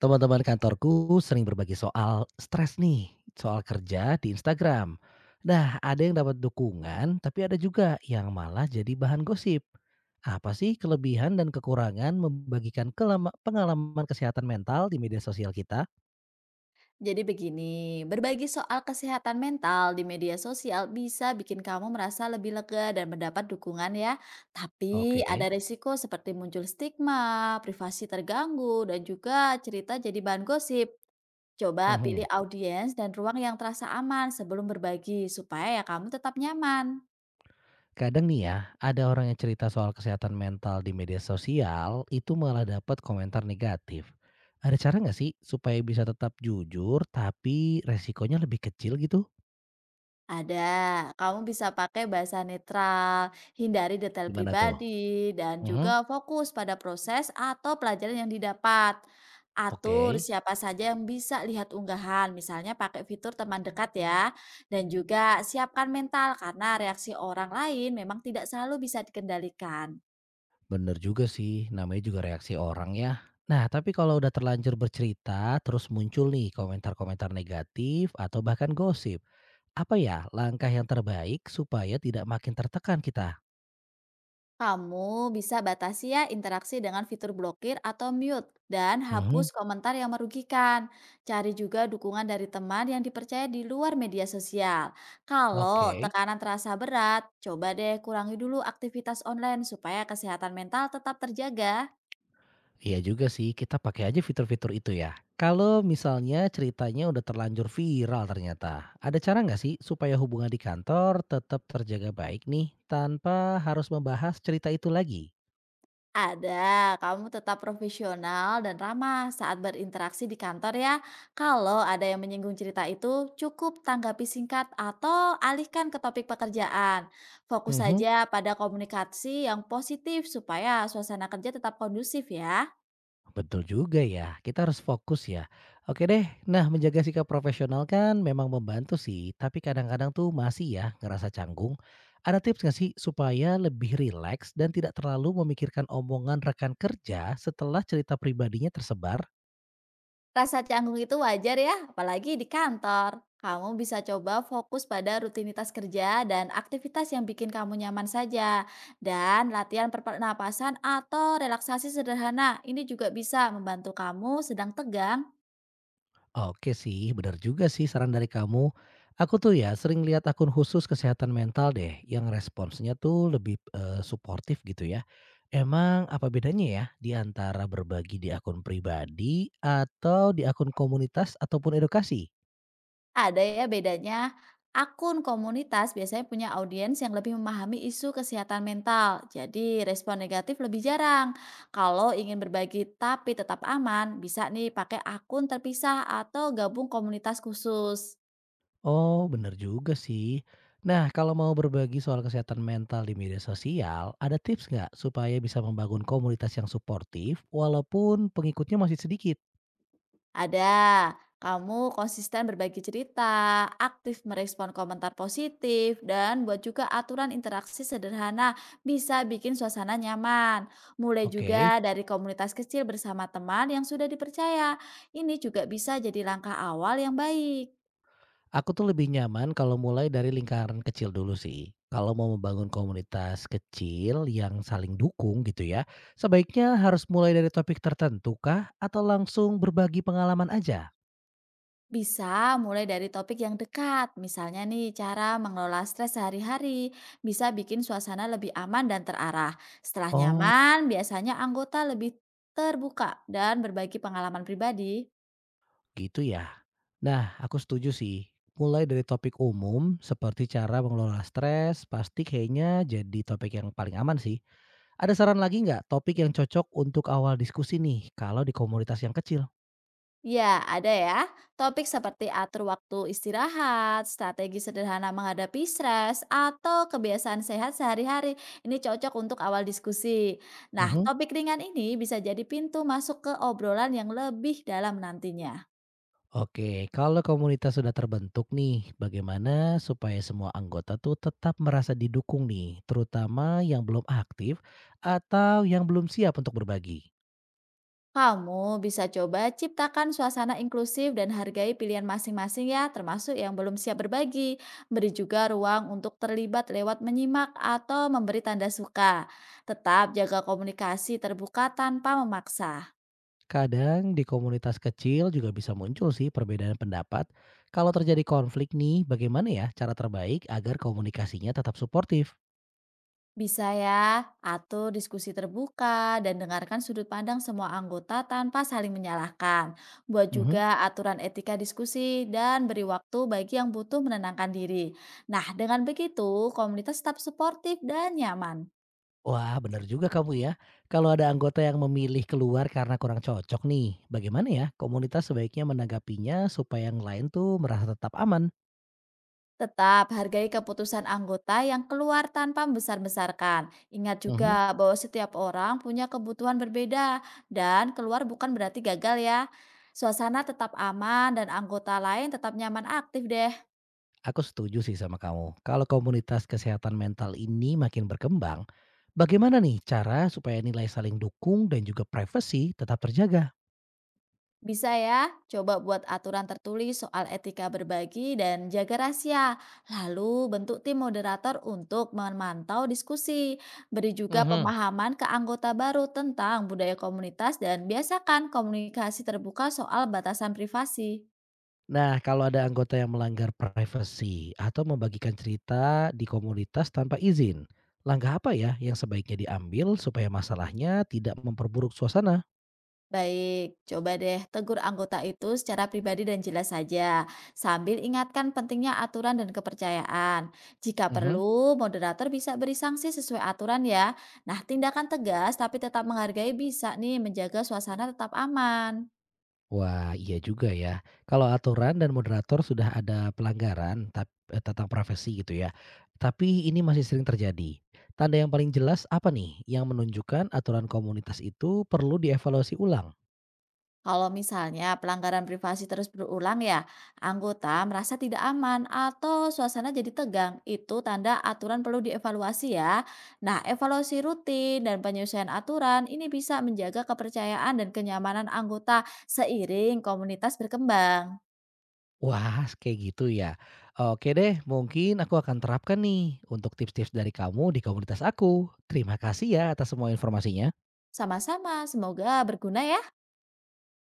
Teman-teman kantorku sering berbagi soal stres nih, soal kerja di Instagram. Nah, ada yang dapat dukungan, tapi ada juga yang malah jadi bahan gosip. Apa sih kelebihan dan kekurangan membagikan pengalaman kesehatan mental di media sosial kita? Jadi begini, berbagi soal kesehatan mental di media sosial bisa bikin kamu merasa lebih lega dan mendapat dukungan ya. Tapi ada Oke. risiko seperti muncul stigma, privasi terganggu, dan juga cerita jadi bahan gosip. Coba pilih Mhm. audiens dan ruang yang terasa aman sebelum berbagi supaya ya kamu tetap nyaman. Kadang nih ya, ada orang yang cerita soal kesehatan mental di media sosial itu malah dapat komentar negatif. Ada cara nggak sih supaya bisa tetap jujur tapi resikonya lebih kecil gitu? Ada, kamu bisa pakai bahasa netral, hindari detail Gimana tuh? pribadi, dan Mhm, juga fokus pada proses atau pelajaran yang didapat. oke. Atur siapa saja yang bisa lihat unggahan, misalnya pakai fitur teman dekat ya. Dan juga siapkan mental karena reaksi orang lain memang tidak selalu bisa dikendalikan. Bener juga sih, namanya juga reaksi orang ya. Nah, tapi kalau udah terlanjur bercerita, terus muncul nih komentar-komentar negatif atau bahkan gosip. Apa ya langkah yang terbaik supaya tidak makin tertekan kita? Kamu bisa batasi ya interaksi dengan fitur blokir atau mute dan Mhm, hapus komentar yang merugikan. Cari juga dukungan dari teman yang dipercaya di luar media sosial. Kalau oke. tekanan terasa berat, coba deh kurangi dulu aktivitas online supaya kesehatan mental tetap terjaga. Iya juga sih, kita pakai aja fitur-fitur itu ya. Kalau misalnya ceritanya udah terlanjur viral ternyata, ada cara nggak sih supaya hubungan di kantor tetap terjaga baik nih tanpa harus membahas cerita itu lagi? Ada, kamu tetap profesional dan ramah saat berinteraksi di kantor ya. Kalau ada yang menyinggung cerita itu, cukup tanggapi singkat atau alihkan ke topik pekerjaan. Fokus Mhm. saja pada komunikasi yang positif supaya suasana kerja tetap kondusif ya. Betul juga ya, kita harus fokus ya. Oke deh, nah menjaga sikap profesional kan memang membantu sih, tapi kadang-kadang tuh masih ya ngerasa canggung. Ada tips nggak sih supaya lebih rileks dan tidak terlalu memikirkan omongan rekan kerja setelah cerita pribadinya tersebar? Rasa canggung itu wajar ya, apalagi di kantor. Kamu bisa coba fokus pada rutinitas kerja dan aktivitas yang bikin kamu nyaman saja. Dan latihan pernapasan atau relaksasi sederhana ini juga bisa membantu kamu sedang tegang. Oke sih, benar juga sih saran dari kamu. Aku tuh ya sering lihat akun khusus kesehatan mental deh yang responsnya tuh lebih suportif gitu ya. Emang apa bedanya ya di antara berbagi di akun pribadi atau di akun komunitas ataupun edukasi? Ada ya bedanya. Akun komunitas biasanya punya audiens yang lebih memahami isu kesehatan mental, jadi respon negatif lebih jarang. Kalau ingin berbagi tapi tetap aman, bisa nih pakai akun terpisah atau gabung komunitas khusus. Oh, benar juga sih. Nah, kalau mau berbagi soal kesehatan mental di media sosial, ada tips nggak supaya bisa membangun komunitas yang suportif walaupun pengikutnya masih sedikit? Ada, kamu konsisten berbagi cerita, aktif merespon komentar positif, dan buat juga aturan interaksi sederhana bisa bikin suasana nyaman. Mulai Oke. juga dari komunitas kecil bersama teman yang sudah dipercaya. Ini juga bisa jadi langkah awal yang baik. Aku tuh lebih nyaman kalau mulai dari lingkaran kecil dulu sih. Kalau mau membangun komunitas kecil yang saling dukung gitu ya, sebaiknya harus mulai dari topik tertentu kah atau langsung berbagi pengalaman aja? Bisa mulai dari topik yang dekat, misalnya nih cara mengelola stres sehari-hari, bisa bikin suasana lebih aman dan terarah. Setelah Oh, nyaman, biasanya anggota lebih terbuka dan berbagi pengalaman pribadi. gitu ya. Nah, aku setuju sih. Mulai dari topik umum seperti cara mengelola stres, pasti kayaknya jadi topik yang paling aman sih. Ada saran lagi nggak topik yang cocok untuk awal diskusi nih kalau di komunitas yang kecil? Ya, ada ya. Topik seperti atur waktu istirahat, strategi sederhana menghadapi stres, atau kebiasaan sehat sehari-hari. Ini cocok untuk awal diskusi. Nah, topik ringan ini bisa jadi pintu masuk ke obrolan yang lebih dalam nantinya. Oke, kalau komunitas sudah terbentuk nih, bagaimana supaya semua anggota tuh tetap merasa didukung nih, terutama yang belum aktif atau yang belum siap untuk berbagi? Kamu bisa coba ciptakan suasana inklusif dan hargai pilihan masing-masing ya, termasuk yang belum siap berbagi. Beri juga ruang untuk terlibat lewat menyimak atau memberi tanda suka. Tetap jaga komunikasi terbuka tanpa memaksa. Kadang di komunitas kecil juga bisa muncul sih perbedaan pendapat. Kalau terjadi konflik nih, bagaimana ya cara terbaik agar komunikasinya tetap suportif? Bisa ya, atur diskusi terbuka dan dengarkan sudut pandang semua anggota tanpa saling menyalahkan. Buat Mhm. juga aturan etika diskusi dan beri waktu bagi yang butuh menenangkan diri. Nah, dengan begitu komunitas tetap suportif dan nyaman. Wah, benar juga kamu ya. Kalau ada anggota yang memilih keluar karena kurang cocok nih, bagaimana ya komunitas sebaiknya menanggapinya supaya yang lain tuh merasa tetap aman? Tetap hargai keputusan anggota yang keluar tanpa membesar-besarkan. Ingat Mhm. juga bahwa setiap orang punya kebutuhan berbeda dan keluar bukan berarti gagal ya. Suasana tetap aman dan anggota lain tetap nyaman aktif deh. Aku setuju sih sama kamu. Kalau komunitas kesehatan mental ini makin berkembang, bagaimana nih cara supaya nilai saling dukung dan juga privasi tetap terjaga? Bisa ya, coba buat aturan tertulis soal etika berbagi dan jaga rahasia. Lalu bentuk tim moderator untuk memantau diskusi. Beri juga Mhm. pemahaman ke anggota baru tentang budaya komunitas dan biasakan komunikasi terbuka soal batasan privasi. Nah, kalau ada anggota yang melanggar privasi atau membagikan cerita di komunitas tanpa izin, langkah apa ya yang sebaiknya diambil supaya masalahnya tidak memperburuk suasana? Baik, coba deh tegur anggota itu secara pribadi dan jelas saja, sambil ingatkan pentingnya aturan dan kepercayaan. Jika Mhm. perlu, moderator bisa beri sanksi sesuai aturan ya. Nah, tindakan tegas tapi tetap menghargai bisa nih menjaga suasana tetap aman. Wah, iya juga ya. Kalau aturan dan moderator sudah ada pelanggaran tentang privasi gitu ya. Tapi ini masih sering terjadi. Tanda yang paling jelas apa nih yang menunjukkan aturan komunitas itu perlu dievaluasi ulang? Kalau misalnya pelanggaran privasi terus berulang ya, anggota merasa tidak aman atau suasana jadi tegang. Itu tanda aturan perlu dievaluasi ya. Nah, evaluasi rutin dan penyesuaian aturan ini bisa menjaga kepercayaan dan kenyamanan anggota seiring komunitas berkembang. Wah, kayak gitu ya. Oke deh, mungkin aku akan terapkan nih untuk tips-tips dari kamu di komunitas aku. Terima kasih ya atas semua informasinya. Sama-sama, semoga berguna ya.